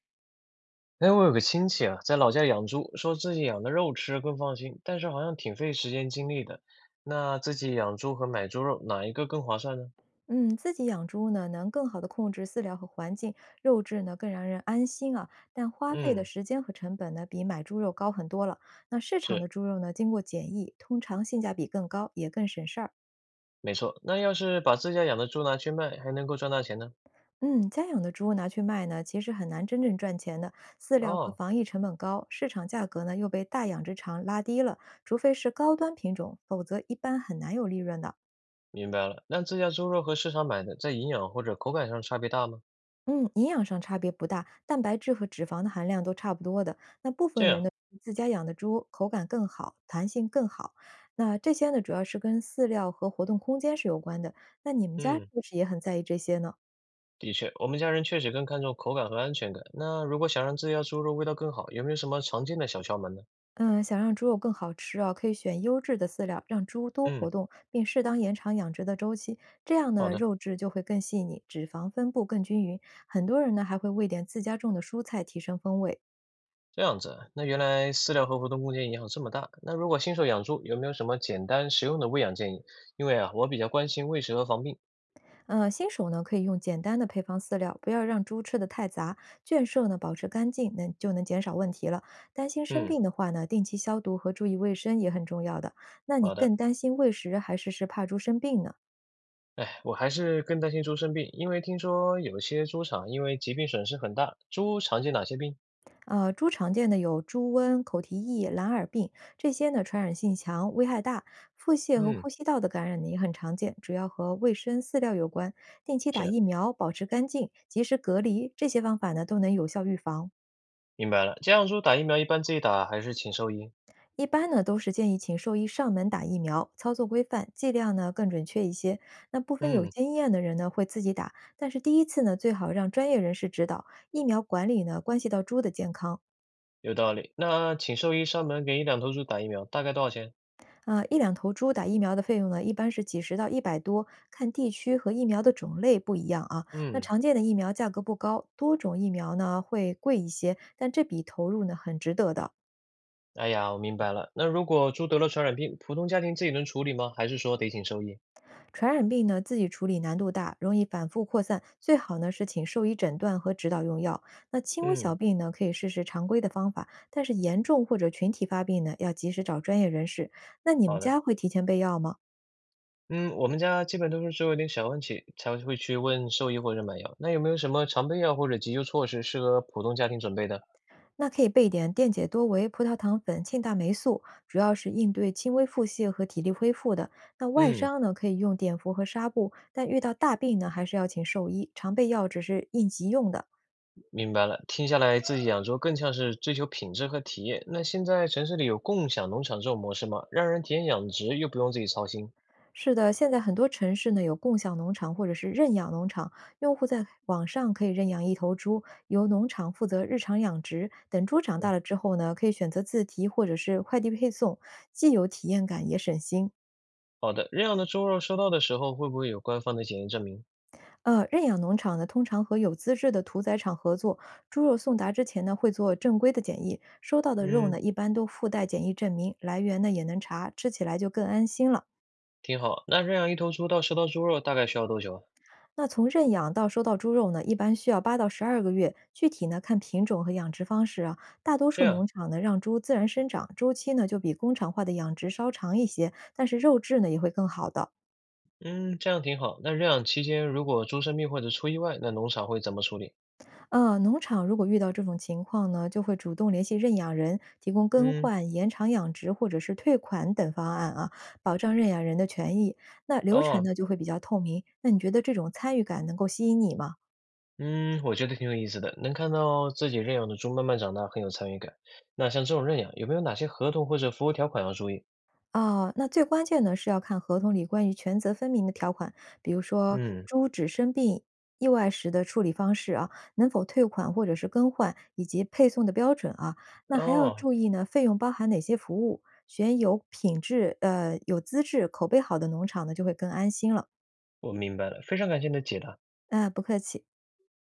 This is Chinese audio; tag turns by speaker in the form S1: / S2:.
S1: 哎，我有个亲戚啊，在老家养猪，说自己养的肉吃更放心，但是好像挺费时间精力的。那自己养猪和买猪肉哪一个更划算呢？
S2: 嗯，自己养猪呢，能更好的控制饲料和环境，肉质呢更让人安心啊。但花费的
S1: 嗯，
S2: 时间和成本呢，比买猪肉高很多了。那市场的
S1: 是，
S2: 猪肉呢，经过检疫，通常性价比更高，也更省事儿。
S1: 没错。那要是把自家养的猪拿去卖，还能够赚大钱呢？
S2: 嗯，家养的猪拿去卖呢，其实很难真正赚钱的。饲料和
S1: 哦，
S2: 防疫成本高，市场价格呢又被大养殖场拉低了。除非是高端品种，否则一般很难有利润的。
S1: 明白了。那自家猪肉和市场买的，在营养或者口感上差别大吗？
S2: 嗯，营养上差别不大，蛋白质和脂肪的含量都差不多的。那部
S1: 这
S2: 分人
S1: 样，
S2: 呢，自家养的猪口感更好，弹性更好。那这些呢，主要是跟饲料和活动空间是有关的。那你们家是
S1: 嗯，
S2: 不是也很在意这些呢？
S1: 的确，我们家人确实更看重口感和安全感。那如果想让自家猪肉味道更好，有没有什么常见的小窍门呢？
S2: 嗯，想让猪肉更好吃啊，可以选优质的饲料，让猪多活
S1: 嗯，
S2: 动，并适当延长养殖的周期。这样
S1: 好
S2: 呢，
S1: 的。
S2: 肉质就会更细腻，脂肪分布更均匀。很多人呢还会喂点自家种的蔬菜，提升风味。
S1: 这样子啊，那原来饲料和活动空间影响这么大。那如果新手养猪，有没有什么简单实用的喂养建议？因为啊，我比较关心喂食和防病。
S2: 新手呢可以用简单的配方饲料，不要让猪吃的太杂。圈舍呢保持干净，能就能减少问题了。担心生
S1: 嗯，
S2: 病的话呢，定期消毒和注意卫生也很重要的。那你
S1: 好的。
S2: 更担心喂食还是怕猪生病呢？
S1: 哎，我还是更担心猪生病，因为听说有些猪场因为疾病损失很大。猪常见哪些病？
S2: 猪常见的有猪瘟、口蹄疫、蓝耳病这些呢，传染性强，危害大。腹泻和
S1: 嗯，
S2: 呼吸道的感染呢也很常见，主要和卫生饲料有关。定期打
S1: 是，
S2: 疫苗，保持干净，及时隔离，这些方法呢都能有效预防。
S1: 明白了。家养猪打疫苗一般自己打还是请兽医？
S2: 一般呢都是建议请兽医上门打疫苗，操作规范，剂量呢更准确一些。那部分有
S1: 嗯，
S2: 经验的人呢会自己打，但是第一次呢最好让专业人士指导。疫苗管理呢关系到猪的健康
S1: 有道理。那请兽医上门给一两头猪打疫苗，大概多少钱？
S2: 啊，一两头猪打疫苗的费用呢一般是几十到一百多，看地区和疫苗的种类不一样啊。那
S1: 嗯，
S2: 常见的疫苗价格不高，多种疫苗呢会贵一些，但这笔投入呢很值得的。
S1: 哎呀，我明白了。那如果猪得了传染病，普通家庭自己能处理吗？还是说得请兽医？
S2: 传染病呢，自己处理难度大，容易反复扩散，最好呢是请兽医诊断和指导用药。那轻微小
S1: 嗯，
S2: 病呢，可以试试常规的方法，但是严重或者群体发病呢，要及时找专业人士。那你们
S1: 好的。
S2: 家会提前备药吗？
S1: 嗯，我们家基本都是只有点小问题才会去问兽医或者买药。那有没有什么常备药或者急救措施适合普通家庭准备的？
S2: 那可以备点电解多维、葡萄糖粉、庆大霉素，主要是应对轻微腹泻和体力恢复的。那外
S1: 嗯，
S2: 伤呢，可以用碘伏和纱布，但遇到大病呢，还是要请兽医。常备药只是应急用的。
S1: 明白了。听下来，自己养猪更像是追求品质和体验。那现在城市里有共享农场这种模式吗？让人体验养殖又不用自己操心。
S2: 是的，现在很多城市呢有共享农场或者是认养农场，用户在网上可以认养一头猪，由农场负责日常养殖。等猪长大了之后呢，可以选择自提或者是快递配送，既有体验感也省心。
S1: 好的，认养的猪肉收到的时候会不会有官方的检验证明？
S2: 认养农场呢通常和有资质的屠宰场合作，猪肉送达之前呢会做正规的检疫，收到的肉
S1: 嗯，
S2: 呢一般都附带检疫证明，来源呢也能查，吃起来就更安心了。
S1: 挺好。那认养一头猪到收到猪肉大概需要多久啊？
S2: 那从认养到收到猪肉呢，一般需要8到12个月，具体呢看品种和养殖方式啊。大多
S1: 这
S2: 数
S1: 样
S2: 农
S1: 啊，
S2: 场呢让猪自然生长，周期呢就比工厂化的养殖稍长一些，但是肉质呢也会更好的。
S1: 嗯，这样挺好。那认养期间如果猪生病或者出意外，那农场会怎么处理？
S2: 农场如果遇到这种情况呢，就会主动联系认养人，提供更
S1: 嗯，
S2: 换、延长养殖或者是退款等方案啊，保障认养人的权益。那流程
S1: 哦，
S2: 呢就会比较透明。那你觉得这种参与感能够吸引你吗？
S1: 嗯，我觉得挺有意思的，能看到自己认养的猪慢慢长大，很有参与感。那像这种认养，有没有哪些合同或者服务条款要注意？
S2: 哦，那最关键呢是要看合同里关于权责分明的条款，比如说
S1: 嗯，
S2: 猪只生病、意外时的处理方式啊，能否退款或者是更换，以及配送的标准啊。那还要
S1: 哦，
S2: 注意呢，费用包含哪些服务，选有品质、有资质、口碑好的农场呢，就会更安心了。
S1: 我明白了，非常感谢你的解答。
S2: 啊，不客气。